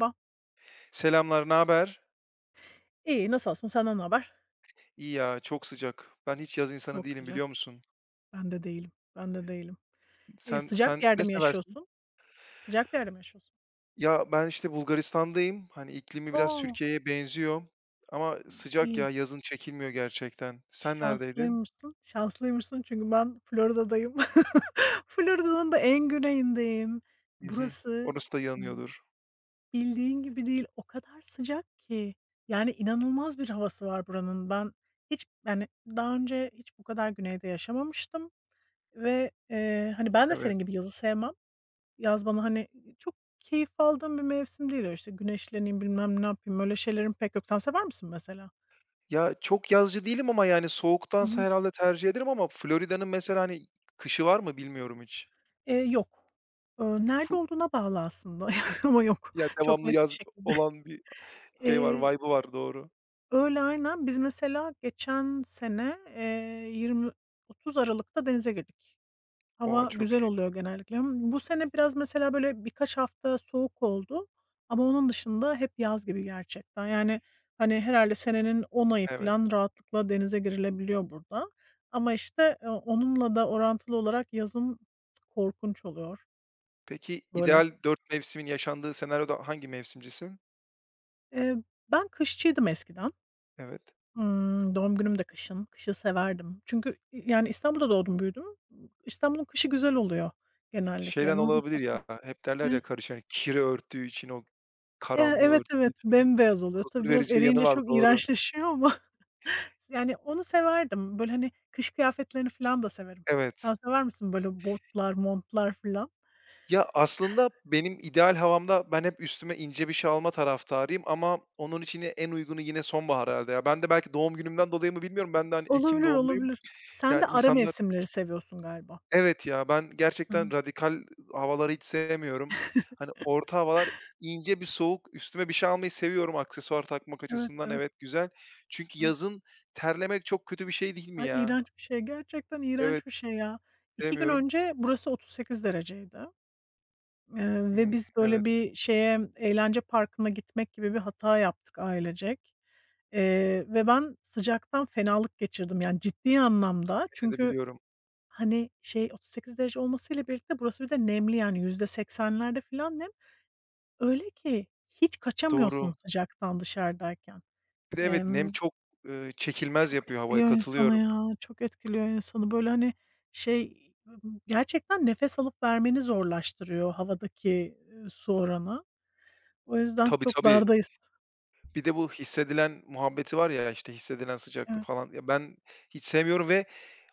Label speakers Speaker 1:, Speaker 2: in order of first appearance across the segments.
Speaker 1: Merhaba.
Speaker 2: Selamlar, ne haber?
Speaker 1: İyi, nasıl olsun? Senden ne haber?
Speaker 2: İyi ya, çok sıcak. Ben hiç yaz insanı
Speaker 1: Çok
Speaker 2: değilim
Speaker 1: sıcak.
Speaker 2: biliyor musun?
Speaker 1: Ben de değilim. Ben de değilim. Eee,
Speaker 2: Sen
Speaker 1: sıcak bir yerde
Speaker 2: ne
Speaker 1: mi
Speaker 2: seversin?
Speaker 1: yaşıyorsun? Sıcak bir yerde mi yaşıyorsun?
Speaker 2: Ya ben işte Bulgaristan'dayım. Hani iklimi biraz
Speaker 1: O!
Speaker 2: Türkiye'ye benziyor ama sıcak ya,
Speaker 1: İyi.
Speaker 2: yazın çekilmiyor gerçekten. Sen neredeydin?
Speaker 1: Şanslıymışsın. Şanslıymışsın çünkü ben Florida'dayım. Florida'nın da en güneyindeyim.
Speaker 2: Hı hı.
Speaker 1: Burası
Speaker 2: Orası da
Speaker 1: b
Speaker 2: yanıyordur.
Speaker 1: bildiğin gibi değil. O kadar sıcak ki. Yani, inanılmaz bir havası var buranın. Ben hiç, yani, daha önce hiç bu kadar güneyde yaşamamıştım ve ben de senin gibi
Speaker 2: Evet.
Speaker 1: yazı sevmem. Yaz bana, hani, çok keyif aldığım bir mevsim değil. Öyle, işte, güneşleneyim, bilmem ne yapayım, öyle şeylerim pek yok. Sen sever misin mesela?
Speaker 2: Ya çok yazcı değilim ama yani
Speaker 1: Hı
Speaker 2: soğuktansa
Speaker 1: hı.
Speaker 2: herhalde tercih ederim ama Florida'nın mesela, hani, kışı var mı bilmiyorum hiç.
Speaker 1: Yok. Nerede
Speaker 2: Fu
Speaker 1: olduğuna bağlı aslında ama yok.
Speaker 2: ya
Speaker 1: Çok
Speaker 2: devamlı
Speaker 1: net bir
Speaker 2: yaz
Speaker 1: şekilde.
Speaker 2: olan bir şey var,
Speaker 1: Eee,
Speaker 2: vibe'ı var doğru.
Speaker 1: Öyle, aynen. Biz mesela geçen sene, 20-30 Aralık'ta denize girdik.
Speaker 2: O!
Speaker 1: Hava
Speaker 2: Çok
Speaker 1: güzel
Speaker 2: iyi.
Speaker 1: oluyor genellikle. Bu sene biraz mesela böyle birkaç hafta soğuk oldu ama onun dışında hep yaz gibi gerçekten. Yani, hani, herhâlde senenin 10 ayı
Speaker 2: Evet.
Speaker 1: filan rahatlıkla denize girilebiliyor burada ama, işte, onunla da orantılı olarak yazın korkunç oluyor
Speaker 2: Peki,
Speaker 1: böyle.
Speaker 2: ideal 4 mevsimin yaşandığı senaryoda hangi mevsimcisin?
Speaker 1: Eee, Ben kışçıydım eskiden.
Speaker 2: Evet.
Speaker 1: Doğum günüm de kışın. Kışı severdim. Çünkü, yani, İstanbul'da doğdum büyüdüm. İstanbul'un kışı güzel oluyor genellikle.
Speaker 2: Şeyden olabilir ya, hep derler ya karış hani kiri örttüğü için, o karanlığı
Speaker 1: Evet,
Speaker 2: örttüğü
Speaker 1: evet,
Speaker 2: için bir
Speaker 1: bembeyaz oluyor. Tabii
Speaker 2: huzur
Speaker 1: biraz
Speaker 2: verici bir yanı
Speaker 1: eriyince
Speaker 2: var,
Speaker 1: çok
Speaker 2: doğru.
Speaker 1: iğrençleşiyor ama yani onu severdim. Böyle, hani, kış kıyafetlerini falan da severim. Sen
Speaker 2: Evet.
Speaker 1: sever misin böyle botlar, montlar falan?
Speaker 2: Ya, aslında benim ideal havamda ben hep üstüme ince bir şey alma taraftarıyım ama onun için en uygunu yine sonbahar herhâlde ya. Ben de belki doğum günümden dolayı mı bilmiyorum, ben de, hani, ekim
Speaker 1: Olabilir,
Speaker 2: doğumluyum.
Speaker 1: olabilir. Sen de
Speaker 2: Yani,
Speaker 1: ara
Speaker 2: insanlar
Speaker 1: mevsimleri seviyorsun galiba.
Speaker 2: Evet ya, ben gerçekten
Speaker 1: Hıı.
Speaker 2: radikal havaları hiç sevmiyorum. Hani, orta havalar, ince bir soğuk, üstüme bir şey almayı seviyorum aksesuar takmak
Speaker 1: Evet,
Speaker 2: açısından.
Speaker 1: evet,
Speaker 2: Evet, güzel. Çünkü
Speaker 1: evet.
Speaker 2: yazın terlemek çok kötü bir şey değil mi
Speaker 1: Ay,
Speaker 2: ya?
Speaker 1: iğrenç bir şey. Gerçekten
Speaker 2: Evet,
Speaker 1: iğrenç bir şey ya. 2 gün
Speaker 2: sevmiyorum.
Speaker 1: önce burası 38 dereceydi. Ve
Speaker 2: Hımm,
Speaker 1: biz böyle
Speaker 2: evet,
Speaker 1: bir şeye, eğlence parkına gitmek gibi bir hata yaptık ailecek. Ve ben sıcaktan fenalık geçirdim, yani, ciddi anlamda.
Speaker 2: seni de
Speaker 1: Çünkü,
Speaker 2: biliyorum.
Speaker 1: hani, şey 38 derece olmasıyla birlikte burası bir de nemli, yani, %80'lerde filan nem. Öyle ki hiç
Speaker 2: Doğru.
Speaker 1: kaçamıyorsun sıcaktan dışarıdayken.
Speaker 2: Bir de evet, nem
Speaker 1: Emm,
Speaker 2: çok, çekilmez
Speaker 1: Çok
Speaker 2: yapıyor havayı,
Speaker 1: etkiliyor insanı
Speaker 2: katılıyorum.
Speaker 1: ya, çok etkiliyor insanı. Böyle, hani, şey, gerçekten nefes alıp vermeni zorlaştırıyor havadaki, su oranı. O yüzden
Speaker 2: Tabii,
Speaker 1: çok
Speaker 2: tabii.
Speaker 1: dardayız.
Speaker 2: Bir de bu hissedilen muhabbeti var ya, işte, hissedilen sıcaklık
Speaker 1: Evet,
Speaker 2: falan. Ya, ben hiç sevmiyorum.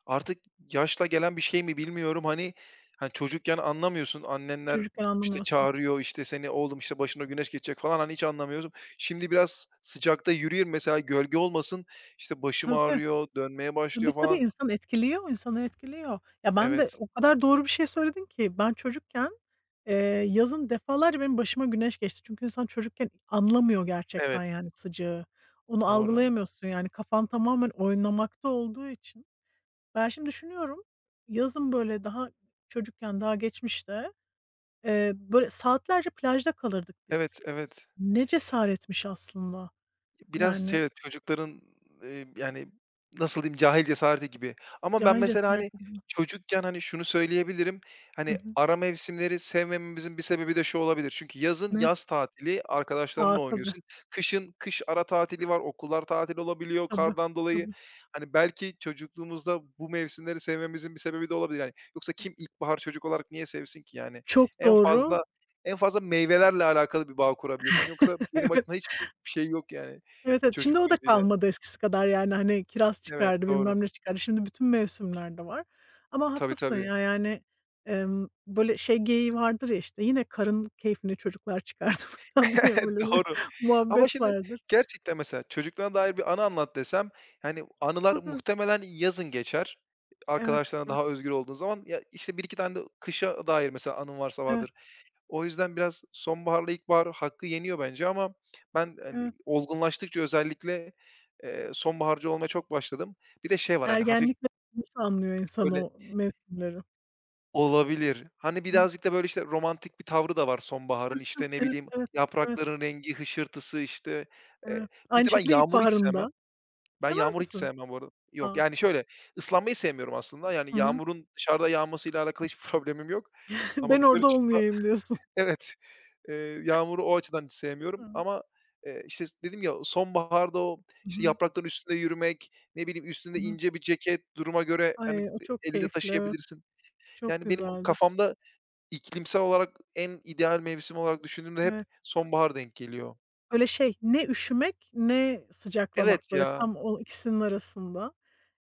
Speaker 2: Artık yaşla gelen bir şey mi bilmiyorum. Hani, çocukken anlamıyorsun. Annenler,
Speaker 1: çocukken
Speaker 2: işte,
Speaker 1: anlamıyorsun.
Speaker 2: çağırıyor, işte, seni, "Oğlum, işte, başına güneş geçecek." falan, hani, hiç anlamıyorsun. Şimdi biraz sıcakta yürüyorum mesela gölge olmasın, işte, başım
Speaker 1: Tabii,
Speaker 2: ağrıyor, dönmeye
Speaker 1: tabii,
Speaker 2: başlıyor
Speaker 1: tabii,
Speaker 2: falan.
Speaker 1: insan etkiliyor, insanı etkiliyor. Ya, ben de
Speaker 2: Evet,
Speaker 1: o kadar doğru bir şey söyledin ki ben çocukken, eee, yazın defalarca benim başıma güneş geçti. Çünkü insan çocukken anlamıyor
Speaker 2: evet,
Speaker 1: gerçekten yani sıcağı. Onu
Speaker 2: doğru.
Speaker 1: algılayamıyorsun yani kafan tamamen oynamakta olduğu için. Ben şimdi düşünüyorum, yazın böyle daha çocukken, daha geçmişte, böyle saatlerce plajda kalırdık
Speaker 2: Evet,
Speaker 1: biz.
Speaker 2: evet.
Speaker 1: Ne cesaretmiş aslında
Speaker 2: Biraz şey,
Speaker 1: yani.
Speaker 2: evet, çocukların, yani, nasıl diyeyim, cahil cesareti gibi ama ben
Speaker 1: Cahilce
Speaker 2: mesela, hani,
Speaker 1: sardım.
Speaker 2: çocukken, hani, şunu söyleyebilirim,
Speaker 1: Hı
Speaker 2: hani,
Speaker 1: hı.
Speaker 2: ara mevsimleri sevmememizin bir sebebi de şu olabilir. Çünkü yazın
Speaker 1: Ne?
Speaker 2: yaz tatili, arkadaşlarınla
Speaker 1: A, tabii,
Speaker 2: oynuyorsun. Kışın kış ara tatili var, okullar tatil olabiliyor
Speaker 1: tabii,
Speaker 2: kardan dolayı.
Speaker 1: tabii.
Speaker 2: Hani, belki çocukluğumuzda bu mevsimleri sevmemizin bir sebebi de olabilir, yani. Yoksa kim ilkbahar çocuk olarak niye sevsin ki, yani?
Speaker 1: Çok
Speaker 2: En
Speaker 1: doğru.
Speaker 2: fazla en fazla meyvelerle alakalı bir bağ kurabilirsin. Yoksa benim
Speaker 1: Evet,
Speaker 2: açımdan hiçbir şey yok, yani.
Speaker 1: evet,
Speaker 2: Bir
Speaker 1: evet.
Speaker 2: çocuk
Speaker 1: Şimdi o da
Speaker 2: gözüyle.
Speaker 1: kalmadı eskisi kadar yani, hani, kiraz
Speaker 2: Evet,
Speaker 1: çıkardı,
Speaker 2: doğru.
Speaker 1: bilmem ne çıkardı. Şimdi bütün mevsimlerde var. Ama
Speaker 2: Tabii,
Speaker 1: haklısın
Speaker 2: tabii.
Speaker 1: ya, yani, böyle şey geyiği vardır ya, işte, "Yine karın keyfini çocuklar çıkardı." falan diye böyle bir
Speaker 2: Doğru. Ama
Speaker 1: muhabbet
Speaker 2: şimdi
Speaker 1: vardır.
Speaker 2: gerçekten mesela çocukluğuna dair bir anı anlat desem, yani anılar
Speaker 1: Tabii.
Speaker 2: muhtemelen yazın geçer.
Speaker 1: Evet,
Speaker 2: Arkadaşlarına
Speaker 1: evet,
Speaker 2: daha özgür olduğun zaman. Ya, işte, 1-2 tane de kışa dair mesela anın varsa
Speaker 1: evet,
Speaker 2: vardır. O yüzden biraz sonbaharla ilkbahar hakkı yeniyor bence ama ben, hani,
Speaker 1: evet.
Speaker 2: olgunlaştıkça özellikle, sonbaharcı olmaya çok başladım. Bir de şey var, hani, hafif
Speaker 1: Ergenlikle nasıl anlıyor insan
Speaker 2: böyle.
Speaker 1: o mevsimleri?
Speaker 2: Olabilir. Hani,
Speaker 1: Hı.
Speaker 2: birazcık da, böyle, işte, romantik bir tavrı da var sonbaharın. İşte, ne
Speaker 1: Evet,
Speaker 2: bileyim,
Speaker 1: evet, evet,
Speaker 2: yaprakların rengi, hışırtısı, işte, eee,
Speaker 1: evet.
Speaker 2: bir de
Speaker 1: Aynı
Speaker 2: ben
Speaker 1: şekilde
Speaker 2: yağmuru hiç sevmem.
Speaker 1: ilkbaharında.
Speaker 2: Ben
Speaker 1: Sevmez
Speaker 2: yağmuru hiç
Speaker 1: misin?
Speaker 2: sevmem bu arada. Yok,
Speaker 1: A!
Speaker 2: yani, şöyle, ıslanmayı sevmiyorum aslında. Yani,
Speaker 1: Hı hı.
Speaker 2: yağmurun dışarıda yağmasıyla alakalı hiçbir problemim yok ama
Speaker 1: Ben
Speaker 2: dışarı
Speaker 1: orada
Speaker 2: çıkma.
Speaker 1: olmayayım diyorsun.
Speaker 2: Evet, yağmuru o açıdan hiç sevmiyorum
Speaker 1: Hı.
Speaker 2: ama, işte, dedim ya, sonbaharda o,
Speaker 1: Hı
Speaker 2: işte,
Speaker 1: hı.
Speaker 2: yaprakların üstünde yürümek, ne bileyim,
Speaker 1: Hı
Speaker 2: üstünde
Speaker 1: hı.
Speaker 2: ince bir ceket duruma göre, hani,
Speaker 1: Ay, o çok
Speaker 2: elinde
Speaker 1: keyifli, evet.
Speaker 2: taşıyabilirsin.
Speaker 1: Çok
Speaker 2: Yani, benim
Speaker 1: güzeldir.
Speaker 2: kafamda. İklimsel olarak en ideal mevsim olarak düşündüğümde hep
Speaker 1: Evet.
Speaker 2: sonbahar denk geliyor.
Speaker 1: Böyle şey, ne üşümek ne sıcaklamak,
Speaker 2: Evet
Speaker 1: böyle
Speaker 2: ya.
Speaker 1: tam o ikisinin arasında.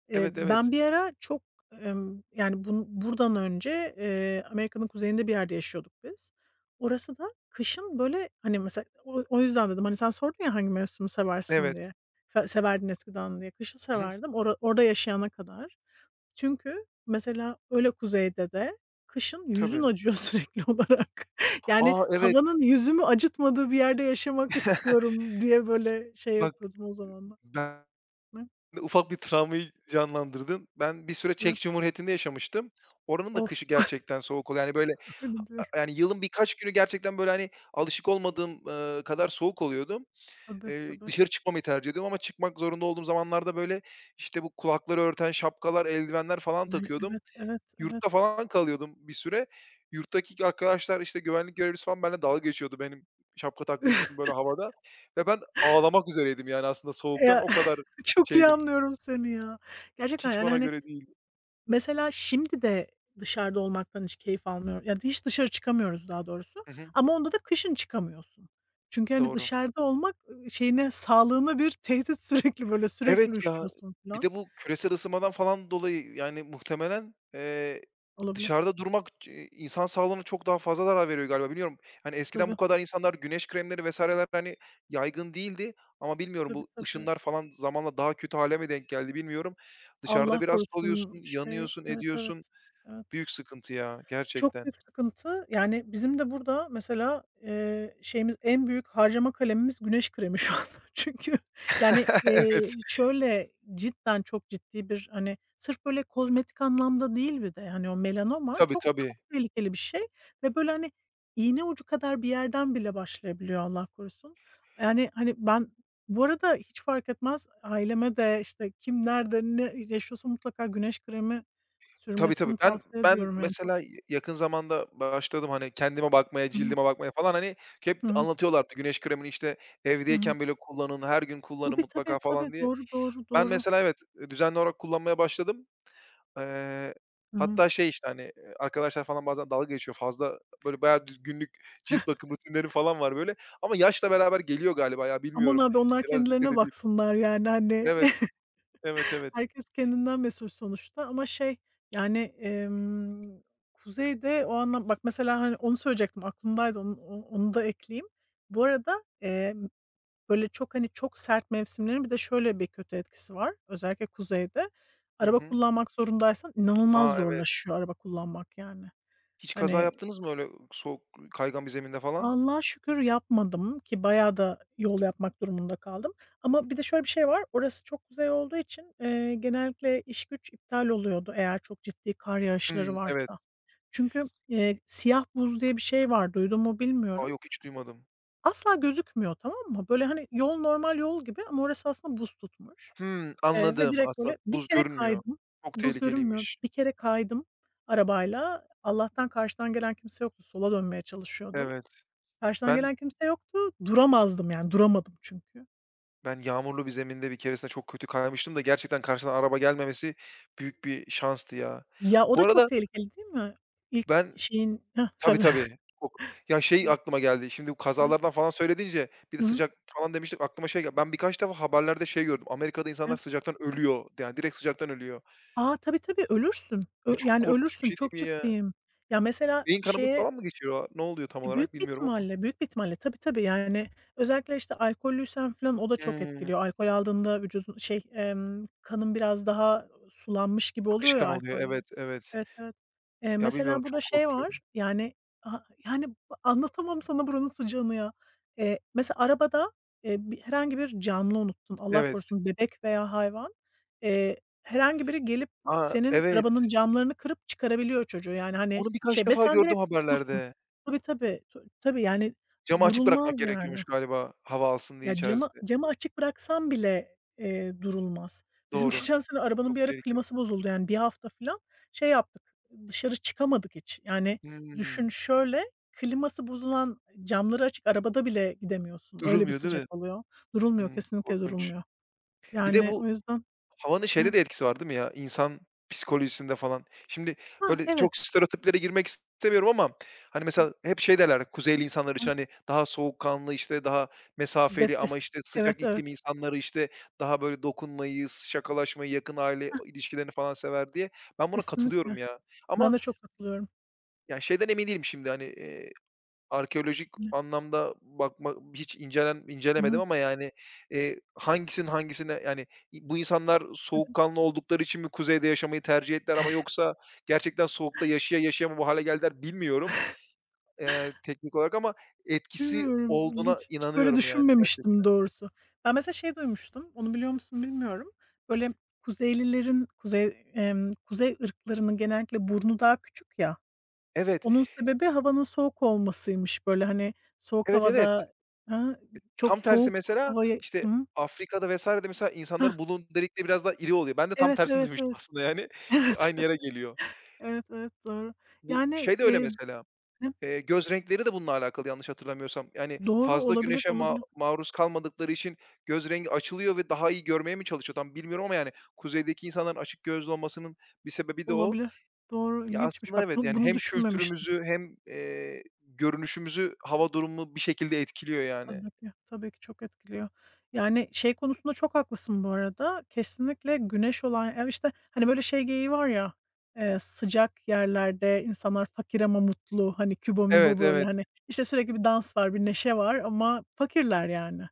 Speaker 2: Evet, evet.
Speaker 1: Ben bir ara çok, yani, buradan önce, Amerika'nın kuzeyinde bir yerde yaşıyorduk biz. Orası da kışın böyle, hani, mesela o yüzden dedim, hani, sen sordun ya hangi mevsimi seversin
Speaker 2: Evet.
Speaker 1: diye, fe severdin eskiden diye. Kışı
Speaker 2: Hı hı.
Speaker 1: severdim orada yaşayana kadar. Çünkü mesela öyle kuzeyde de kışın yüzün
Speaker 2: Tabii.
Speaker 1: acıyor sürekli olarak. Yani
Speaker 2: A, evet.
Speaker 1: havanın yüzümü acıtmadığı bir yerde yaşamak istiyorum diye
Speaker 2: S
Speaker 1: böyle şey
Speaker 2: Bak,
Speaker 1: yapıyordum o zamanlar.
Speaker 2: bende
Speaker 1: Hı,
Speaker 2: ufak bir travmayı canlandırdın. Ben bir süre
Speaker 1: evet.
Speaker 2: Çek Cumhuriyeti'nde yaşamıştım. Oranın da
Speaker 1: Of,
Speaker 2: kışı gerçekten soğuk oluyor. Yani, böyle,
Speaker 1: tahmin ediyorum.
Speaker 2: yani, yılın birkaç günü gerçekten, böyle, hani, alışık olmadığım, kadar soğuk oluyordu.
Speaker 1: Tabii, tabii.
Speaker 2: Dışarı çıkmamayı tercih ediyordum ama çıkmak zorunda olduğum zamanlarda, böyle, işte, bu kulakları örten şapkalar, eldivenler falan
Speaker 1: Ay,
Speaker 2: takıyordum.
Speaker 1: evet, evet,
Speaker 2: Yurtta
Speaker 1: evet.
Speaker 2: falan kalıyordum bir süre. Yurttaki arkadaşlar, işte, güvenlik görevlisi falan benimle dalga geçiyordu benim şapka taktığım için böyle havada ve ben ağlamak üzereydim yani aslında soğuktan
Speaker 1: Ya,
Speaker 2: o kadar
Speaker 1: çok iyi
Speaker 2: şeydim.
Speaker 1: anlıyorum seni ya. Gerçekten
Speaker 2: Hiç
Speaker 1: yani,
Speaker 2: bana
Speaker 1: hani,
Speaker 2: göre değildi.
Speaker 1: mesela şimdi de dışarıda olmaktan hiç keyif almıyorum. Yani, hiç dışarı çıkamıyoruz daha doğrusu
Speaker 2: Hı hı.
Speaker 1: ama onda da kışın çıkamıyorsun. Çünkü, hani,
Speaker 2: Doğru.
Speaker 1: dışarıda olmak, şeyine, sağlığına bir tehdit sürekli, böyle,
Speaker 2: Evet
Speaker 1: sürekli
Speaker 2: ya,
Speaker 1: üşüyorsun
Speaker 2: bir
Speaker 1: falan.
Speaker 2: de bu küresel ısınmadan falan dolayı, yani, muhtemelen,
Speaker 1: Olabilir.
Speaker 2: dışarıda durmak insan sağlığına çok daha fazla zarar veriyor galiba, bilmiyorum. Hani, eskiden bu
Speaker 1: Tabii,
Speaker 2: kadar insanlar güneş kremleri vesaireler hani, yaygın değildi ama bilmiyorum
Speaker 1: tabii,
Speaker 2: bu
Speaker 1: tabii.
Speaker 2: ışınlar falan zamanla daha kötü hale mi denk geldi bilmiyorum. Dışarıda
Speaker 1: Allah
Speaker 2: biraz kalıyorsun,
Speaker 1: korusun, şey.
Speaker 2: yanıyorsun,
Speaker 1: Evet, evet.
Speaker 2: ediyorsun.
Speaker 1: Evet.
Speaker 2: Büyük sıkıntı ya
Speaker 1: Çok
Speaker 2: gerçekten.
Speaker 1: büyük sıkıntı. Yani, bizim de burada mesela, şeyimiz en büyük harcama kalemimiz güneş kremi şu anda. Çünkü, yani,
Speaker 2: Evet.
Speaker 1: şöyle cidden çok ciddi bir, hani, sırf böyle kozmetik anlamda değil bir de, hani, o melanoma
Speaker 2: Tabii,
Speaker 1: çok
Speaker 2: tabii.
Speaker 1: çok tehlikeli bir şey ve böyle, hani, iğne ucu kadar bir yerden bile başlayabiliyor Allah korusun. Yani, hani, ben bu arada hiç fark etmez aileme de, işte, kim nerede ne yaşıyorsa mutlaka güneş kremi
Speaker 2: Tabii, tabii.
Speaker 1: sürmesini
Speaker 2: Ben
Speaker 1: tavsiye
Speaker 2: ben
Speaker 1: ediyorum yani çok.
Speaker 2: mesela yakın zamanda başladım, hani, kendime bakmaya, cildime bakmaya falan, hani, hep
Speaker 1: Hı hı.
Speaker 2: anlatıyorlardı güneş kremini, işte,
Speaker 1: Hı hı.
Speaker 2: evdeyken böyle kullanın, her gün kullanın
Speaker 1: Tabii, tabii,
Speaker 2: mutlaka
Speaker 1: tabii.
Speaker 2: falan diye.
Speaker 1: Doğru, doğru,
Speaker 2: Ben
Speaker 1: doğru.
Speaker 2: mesela evet, düzenli olarak kullanmaya başladım. Eee,
Speaker 1: Hı hı.
Speaker 2: hatta şey, işte, hani, arkadaşlar falan bazen dalga geçiyor. Fazla böyle bayağı günlük cilt bakım rutinlerim falan var böyle ama yaşla beraber geliyor galiba ya,
Speaker 1: Aman
Speaker 2: bilmiyorum.
Speaker 1: abi onlar
Speaker 2: Biraz dikkat
Speaker 1: kendilerine
Speaker 2: edeyim.
Speaker 1: baksınlar yani, hani,
Speaker 2: Evet, evet, evet.
Speaker 1: herkes kendinden mesul sonuçta ama şey, yani, kuzeyde o anlam bak mesela, hani, onu söyleyecektim aklımdaydı onu onu da ekleyeyim. Bu arada, böyle çok, hani, çok sert mevsimlerin bir de şöyle bir kötü etkisi var özellikle kuzeyde.
Speaker 2: Hı
Speaker 1: Araba
Speaker 2: hı.
Speaker 1: kullanmak zorundaysan inanılmaz
Speaker 2: A, evet.
Speaker 1: zorlaşıyor araba kullanmak yani.
Speaker 2: Hiç kaza
Speaker 1: Hani
Speaker 2: yaptınız mı öyle soğuk, kaygan bir zeminde falan?
Speaker 1: Allah'a şükür yapmadım ki bayağı da yol yapmak durumunda kaldım ama bir de şöyle bir şey var, orası çok kuzey olduğu için, genellikle iş güç iptal oluyordu eğer çok ciddi kar yağışları
Speaker 2: Hımm, evet.
Speaker 1: varsa. Çünkü, siyah buz diye bir şey var, duydun mu
Speaker 2: A,
Speaker 1: bilmiyorum.
Speaker 2: yok hiç duymadım.
Speaker 1: Asla gözükmüyor, tamam mı? Böyle, hani, yol normal yol gibi ama orası aslında buz tutmuş,
Speaker 2: Hımm,
Speaker 1: ve
Speaker 2: anladım.
Speaker 1: direkt
Speaker 2: Aslında
Speaker 1: böyle bir
Speaker 2: buz
Speaker 1: kere
Speaker 2: görünmüyor.
Speaker 1: kaydım,
Speaker 2: Çok
Speaker 1: buz görünmüyor.
Speaker 2: tehlikeliymiş.
Speaker 1: Bir kere kaydım arabayla. Allah'tan karşıdan gelen kimse yoktu, sola dönmeye çalışıyordum.
Speaker 2: Evet.
Speaker 1: Karşıdan
Speaker 2: Ben
Speaker 1: gelen kimse yoktu. Duramazdım yani, duramadım çünkü.
Speaker 2: ben yağmurlu bir zeminde bir keresinde çok kötü kaymıştım da gerçekten karşıdan araba gelmemesi büyük bir şanstı ya.
Speaker 1: Ya, o
Speaker 2: Bu
Speaker 1: da
Speaker 2: arada
Speaker 1: çok tehlikeli değil mi? İlk
Speaker 2: ben.
Speaker 1: şeyin. Hah,
Speaker 2: Tabii,
Speaker 1: söyle,
Speaker 2: tabii. Çok. Ya, şey
Speaker 1: söyle.
Speaker 2: aklıma geldi, şimdi bu kazalardan falan söyle deyince bir de
Speaker 1: Hı hı.
Speaker 2: sıcak falan demiştik, aklıma şey geldi. Ben birkaç defa haberlerde şey gördüm, Amerika'da insanlar
Speaker 1: Hı.
Speaker 2: sıcaktan ölüyor. Yani direkt sıcaktan ölüyor.
Speaker 1: A, tabii, tabii ölürsün.
Speaker 2: Bu
Speaker 1: Ö
Speaker 2: çok
Speaker 1: yani
Speaker 2: korkunç bir
Speaker 1: ölürsün,
Speaker 2: şey
Speaker 1: çok
Speaker 2: değil mi ya?
Speaker 1: ciddiyim. Ya, mesela
Speaker 2: Beyin kanaması
Speaker 1: şeye,
Speaker 2: falan mı geçiriyor? Ne oluyor tam olarak
Speaker 1: Büyük bir
Speaker 2: bilmiyorum ama.
Speaker 1: ihtimalle, büyük bir ihtimalle. Tabii, tabii. Yani, özellikle, işte, alkollüysen filan o da çok
Speaker 2: Hımm.
Speaker 1: etkiliyor. Alkol aldığında vücudun şey, kanın biraz daha sulanmış gibi oluyor ya
Speaker 2: Akışkan oluyor.
Speaker 1: alkolle.
Speaker 2: Evet, evet.
Speaker 1: Evet, evet.
Speaker 2: Ya, bilmiyorum,
Speaker 1: Mesela burada
Speaker 2: çok
Speaker 1: şey
Speaker 2: korkuyorum.
Speaker 1: var, yani, ha yani, anlatamam sana buranın sıcağını ya. Mesela arabada, bir herhangi bir canlı unuttun, Allah
Speaker 2: Evet.
Speaker 1: korusun bebek veya hayvan. Eee, Herhangi biri gelip
Speaker 2: A,
Speaker 1: senin
Speaker 2: evet.
Speaker 1: arabanın camlarını kırıp çıkarabiliyor çocuğu. Yani, hani,
Speaker 2: Onu birkaç
Speaker 1: şey ve
Speaker 2: defa
Speaker 1: sen
Speaker 2: gördüm
Speaker 1: direkt suçlusun.
Speaker 2: haberlerde.
Speaker 1: Tabii, tabii. Ta tabii, yani,
Speaker 2: Camı açık bırakmak
Speaker 1: durulmaz yani.
Speaker 2: gerekiyormuş galiba hava alsın diye
Speaker 1: Ya,
Speaker 2: içerisi.
Speaker 1: camı açık bıraksam bile, durulmaz. Bizim
Speaker 2: Doğru.
Speaker 1: geçen sene arabanın bir
Speaker 2: Çok
Speaker 1: ara
Speaker 2: tehlikeli.
Speaker 1: kliması bozuldu, yani, bir hafta filan şey yaptık, dışarı çıkamadık hiç. Yani,
Speaker 2: Hımm.
Speaker 1: düşün şöyle, kliması bozulan, camları açık arabada bile gidemiyorsun. Öyle bir
Speaker 2: Durulmuyor değil
Speaker 1: sıcak
Speaker 2: mi?
Speaker 1: oluyor. Durulmuyor,
Speaker 2: Hımm,
Speaker 1: kesinlikle
Speaker 2: korkunç.
Speaker 1: durulmuyor.
Speaker 2: Bir de
Speaker 1: Yani,
Speaker 2: bu
Speaker 1: o yüzden
Speaker 2: havanın şeyde de etkisi var değil mi ya, insan psikolojisinde falan? Şimdi,
Speaker 1: Ha,
Speaker 2: böyle,
Speaker 1: evet.
Speaker 2: çok stereotiplere girmek istemiyorum ama, hani, mesela hep şey derler kuzeyli insanlar için, hani, daha soğukkanlı, işte, daha mesafeli ama,
Speaker 1: Depresif.
Speaker 2: işte,
Speaker 1: Evet,
Speaker 2: sıcak
Speaker 1: evet.
Speaker 2: iklim insanları, işte, daha böyle dokunmayı, şakalaşmayı, yakın aile ilişkilerini falan sever diye. Ben buna katılıyorum
Speaker 1: Kesinlikle.
Speaker 2: ya. Ama,
Speaker 1: Ben de çok katılıyorum.
Speaker 2: yani şeyden emin değilim şimdi, hani, Arkeolojik anlamda bakma hiç incelen
Speaker 1: Hı
Speaker 2: incelemedim
Speaker 1: hı.
Speaker 2: ama yani, hangisinin hangisine yani, bu insanlar
Speaker 1: Ne demek.
Speaker 2: soğukkanlı oldukları için mi kuzeyde yaşamayı tercih ettiler ama yoksa gerçekten soğukta yaşaya yaşaya mı bu hale geldiler bilmiyorum, teknik olarak ama etkisi
Speaker 1: Bilmiyorum,
Speaker 2: olduğuna
Speaker 1: ilginç. Hiç böyle
Speaker 2: inanıyorum yani gerçek.
Speaker 1: düşünmemiştim doğrusu. Ben mesela şey duymuştum, onu biliyor musun bilmiyorum. Böyle Kuzeylilerin, kuzey, kuzey ırklarının genellikle burnu daha küçük ya,
Speaker 2: Evet,
Speaker 1: onun sebebi havanın soğuk olmasıymış. Böyle, hani, soğuk
Speaker 2: evet, evet.
Speaker 1: havada. Ha, çok
Speaker 2: Tam tersi
Speaker 1: soğuk
Speaker 2: mesela,
Speaker 1: havaya.
Speaker 2: işte,
Speaker 1: Hı.
Speaker 2: Afrika'da vs. de mesela
Speaker 1: Hah,
Speaker 2: insanların bulunduğu delikte biraz daha iri oluyor. Ben de tam
Speaker 1: evet,
Speaker 2: tersini
Speaker 1: evet,
Speaker 2: duymuştum
Speaker 1: evet.
Speaker 2: aslında yani. E,
Speaker 1: Evet,
Speaker 2: aynı yere geliyor.
Speaker 1: evet, evet, doğru.
Speaker 2: Bu
Speaker 1: Yani,
Speaker 2: şey de öyle mesela. Göz renkleri de bununla alakalı yanlış hatırlamıyorsam. Yani
Speaker 1: doğru
Speaker 2: fazla
Speaker 1: olabilir,
Speaker 2: güneşe ma
Speaker 1: olabilir,
Speaker 2: maruz kalmadıkları için göz rengi açılıyor ve daha iyi görmeye mi çalışıyor tam bilmiyorum ama yani kuzeydeki insanların açık gözlü olmasının bir sebebi de o.
Speaker 1: olabilir. Doğru,
Speaker 2: Ya,
Speaker 1: ilginçmiş.
Speaker 2: aslında
Speaker 1: Bak,
Speaker 2: evet, yani
Speaker 1: bunu
Speaker 2: hem
Speaker 1: düşünmemiştim.
Speaker 2: kültürümüzü hem, görünüşümüzü hava durumu bir şekilde etkiliyor yani.
Speaker 1: Tabii ki, tabii ki çok etkiliyor. Yani, şey konusunda çok haklısın bu arada. Kesinlikle güneş olan ev, işte, hani, böyle şey geyiği var ya, sıcak yerlerde insanlar fakir ama mutlu, hani, kübo mübo
Speaker 2: Evet,
Speaker 1: böyle,
Speaker 2: evet.
Speaker 1: hani, işte, sürekli bir dans var, bir neşe var ama fakirler yani.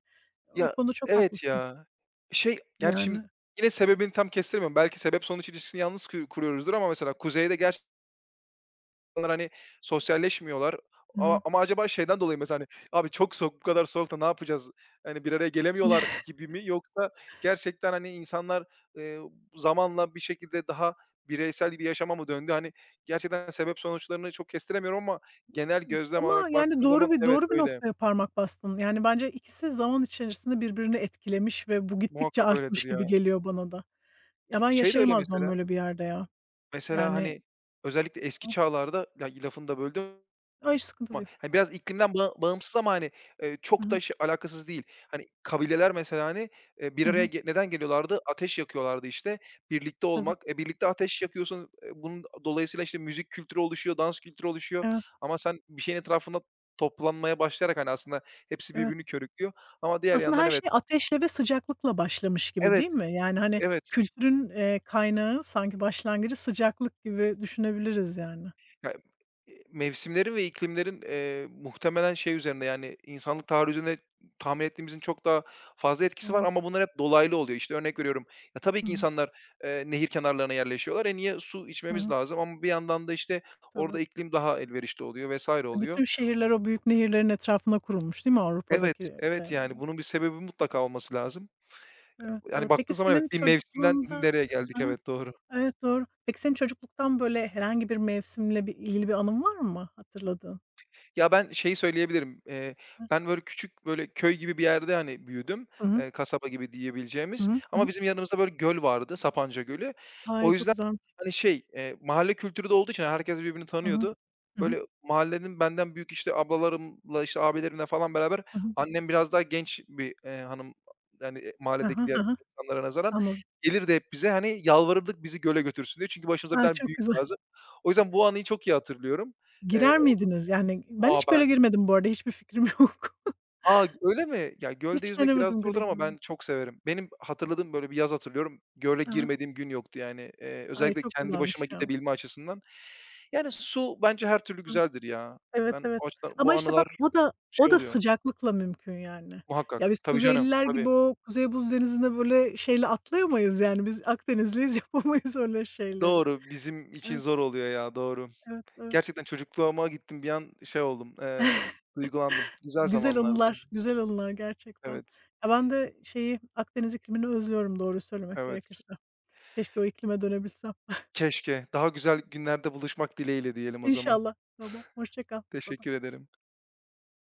Speaker 1: O
Speaker 2: Ya,
Speaker 1: konuda çok
Speaker 2: evet
Speaker 1: haklısın.
Speaker 2: ya. Şey, gerçi şimdi
Speaker 1: Yani,
Speaker 2: yine sebebini tam kestiremiyorum. Belki sebep sonuç ilişkisini yalnız kuruyoruzdur ama mesela kuzeyde gerçekten insanlar, hani, sosyalleşmiyorlar. A
Speaker 1: hı.
Speaker 2: ama acaba şeyden dolayı mesela, hani, "Abi çok soğuk, bu kadar soğukta ne yapacağız? Hani, bir araya gelemiyorlar." gibi mi yoksa gerçekten, hani, insanlar, eee, zamanla bir şekilde daha bireysel bir yaşama mı döndü? Hani, gerçekten sebep sonuçlarını çok kestiremiyorum ama genel gözlem
Speaker 1: Ama
Speaker 2: olarak
Speaker 1: yani
Speaker 2: baktığın zaman evet,
Speaker 1: doğru bir
Speaker 2: öyle.
Speaker 1: noktaya parmak bastın. Yani bence ikisi zaman içerisinde birbirini etkilemiş ve bu gittikçe
Speaker 2: Muhakkak öyledir
Speaker 1: artmış gibi
Speaker 2: ya.
Speaker 1: geliyor bana da. Ya, ben
Speaker 2: Şey de öyle
Speaker 1: yaşayamazdım
Speaker 2: mesela,
Speaker 1: böyle bir yerde ya.
Speaker 2: mesela,
Speaker 1: Yani.
Speaker 2: hani, özellikle eski
Speaker 1: Hı.
Speaker 2: çağlarda, ya, lafını da böldüm.
Speaker 1: A, hiç sıkıntı
Speaker 2: Ama,
Speaker 1: değil.
Speaker 2: hani, biraz iklimden bağımsız ama, hani,
Speaker 1: Hı
Speaker 2: çok da
Speaker 1: hı.
Speaker 2: şey alakasız değil. Hani, kabileler mesela, hani, bir
Speaker 1: Hı
Speaker 2: araya
Speaker 1: hı.
Speaker 2: neden geliyorlardı? Ateş yakıyorlardı, işte. Birlikte
Speaker 1: Tabii.
Speaker 2: olmak. E, birlikte ateş yakıyorsun. Bunun dolayısıyla, işte, müzik kültürü oluşuyor, dans kültürü oluşuyor
Speaker 1: Evet,
Speaker 2: ama sen bir şeyin etrafında toplanmaya başlayarak, hani, aslında hepsi
Speaker 1: evet.
Speaker 2: birbirini körüklüyor ama diğer
Speaker 1: Aslında
Speaker 2: yandan
Speaker 1: her
Speaker 2: evet.
Speaker 1: şey ateşle ve sıcaklıkla başlamış gibi
Speaker 2: Evet,
Speaker 1: değil mi? Yani, hani,
Speaker 2: evet.
Speaker 1: kültürün, kaynağı sanki başlangıcı sıcaklık gibi düşünebiliriz yani.
Speaker 2: Ya, mevsimlerin ve iklimlerin, muhtemelen şey üzerinde, yani, insanlık tarihi üzerinde tahmin ettiğimizin çok daha fazla etkisi var
Speaker 1: Doğru.
Speaker 2: ama bunlar hep dolaylı oluyor. İşte, örnek veriyorum, ya, tabii
Speaker 1: Hı
Speaker 2: ki
Speaker 1: hı.
Speaker 2: insanlar, nehir kenarlarına yerleşiyorlar. E, niye? Su
Speaker 1: Hı
Speaker 2: içmemiz
Speaker 1: hı.
Speaker 2: lazım ama bir yandan da, işte, orada
Speaker 1: Tabii.
Speaker 2: iklim daha elverişli oluyor vesaire
Speaker 1: E,
Speaker 2: oluyor.
Speaker 1: bütün şehirler o büyük nehirlerin etrafına kurulmuş değil mi
Speaker 2: Evet,
Speaker 1: Avrupa'daki?
Speaker 2: evet, yani, bunun bir sebebi mutlaka olması lazım.
Speaker 1: Evet,
Speaker 2: Yani,
Speaker 1: doğru. Peki
Speaker 2: baktığın zaman
Speaker 1: senin
Speaker 2: evet, bir mevsimden
Speaker 1: çocukluğunda.
Speaker 2: nereye geldik?
Speaker 1: Hı hı.
Speaker 2: Evet, doğru.
Speaker 1: Evet, doğru. Peki senin çocukluktan böyle herhangi bir mevsimle bir ilgili bir anın var mı hatırladığın?
Speaker 2: Ya, ben şeyi söyleyebilirim,
Speaker 1: Hı.
Speaker 2: ben böyle küçük, böyle, köy gibi bir yerde, hani, büyüdüm,
Speaker 1: Hı hı.
Speaker 2: kasaba gibi
Speaker 1: Hı
Speaker 2: diyebileceğimiz
Speaker 1: hı. Hı
Speaker 2: ama
Speaker 1: hı.
Speaker 2: bizim yanımızda, böyle, göl vardı, Sapanca Gölü.
Speaker 1: Ay,
Speaker 2: O
Speaker 1: çok
Speaker 2: yüzden,
Speaker 1: güzel.
Speaker 2: hani, şey, mahalle kültürü de olduğu için herkes birbirini
Speaker 1: Hı hı.
Speaker 2: tanıyordu.
Speaker 1: Hı hı.
Speaker 2: Böyle, mahallenin benden büyük, işte, ablalarımla, işte, abilerimle falan beraber
Speaker 1: Hı hı.
Speaker 2: annem biraz daha genç bir, hanım, yani,
Speaker 1: Hı
Speaker 2: mahalledeki
Speaker 1: hı.
Speaker 2: diğer
Speaker 1: Hı hı.
Speaker 2: insanlara nazaran.
Speaker 1: Anladım.
Speaker 2: Gelirdi hep bize, hani, yalvarırdık bizi göle götürsün diye çünkü başımıza bir
Speaker 1: A,
Speaker 2: tane
Speaker 1: çok
Speaker 2: büyük
Speaker 1: güzel.
Speaker 2: lazım. O yüzden bu anıyı çok iyi hatırlıyorum. Eee,
Speaker 1: Girer miydiniz? Yani ben
Speaker 2: "A,
Speaker 1: hiç göle
Speaker 2: ben."
Speaker 1: girmedim bu arada, hiçbir fikrim yok.
Speaker 2: A! Öyle mi? Ya, gölde
Speaker 1: Hiç
Speaker 2: yüzmek biraz
Speaker 1: denemedim göle
Speaker 2: zordur ama ben
Speaker 1: girmeyi.
Speaker 2: çok severim. Benim hatırladığım, böyle, bir yaz hatırlıyorum. Göle
Speaker 1: Hı hı.
Speaker 2: girmediğim gün yoktu yani.
Speaker 1: Ay,
Speaker 2: Özellikle
Speaker 1: çok
Speaker 2: kendi başıma
Speaker 1: güzelmiş ya.
Speaker 2: gidebilme açısından. Yani su bence her
Speaker 1: Çok
Speaker 2: türlü
Speaker 1: güzelmiş.
Speaker 2: güzeldir ya.
Speaker 1: Evet,
Speaker 2: Ben
Speaker 1: evet.
Speaker 2: o açıdan bu
Speaker 1: Ama işte bak
Speaker 2: anılar
Speaker 1: o
Speaker 2: şey
Speaker 1: da
Speaker 2: oluyor
Speaker 1: sıcaklıkla mümkün yani. Ya
Speaker 2: muhakkak.
Speaker 1: biz
Speaker 2: Tabii canım,
Speaker 1: Kuzeyliler
Speaker 2: tabii.
Speaker 1: gibi o Kuzey Buz Denizi'nde böyle şeyle atlayamayız yani. Biz Akdenizliyiz, yapamayız öyle şeyleri.
Speaker 2: Doğru, bizim için
Speaker 1: Evet,
Speaker 2: zor oluyor ya, doğru.
Speaker 1: evet, evet.
Speaker 2: Gerçekten çocukluğuma gittim, bir an şey oldum, duygulandım. Güzel
Speaker 1: Güzel
Speaker 2: zamanlardı.
Speaker 1: anılar, güzel anılar gerçekten.
Speaker 2: Evet,
Speaker 1: Ya, ben de şeyi, Akdeniz iklimini özlüyorum doğruyu söylemek
Speaker 2: evet.
Speaker 1: gerekirse. Keşke o iklime dönebilsem.
Speaker 2: Keşke. Daha güzel günlerde buluşmak dileğiyle diyelim o zaman.
Speaker 1: İnşallah. Tamam, hoşça kal. Baybay.
Speaker 2: Teşekkür ederim.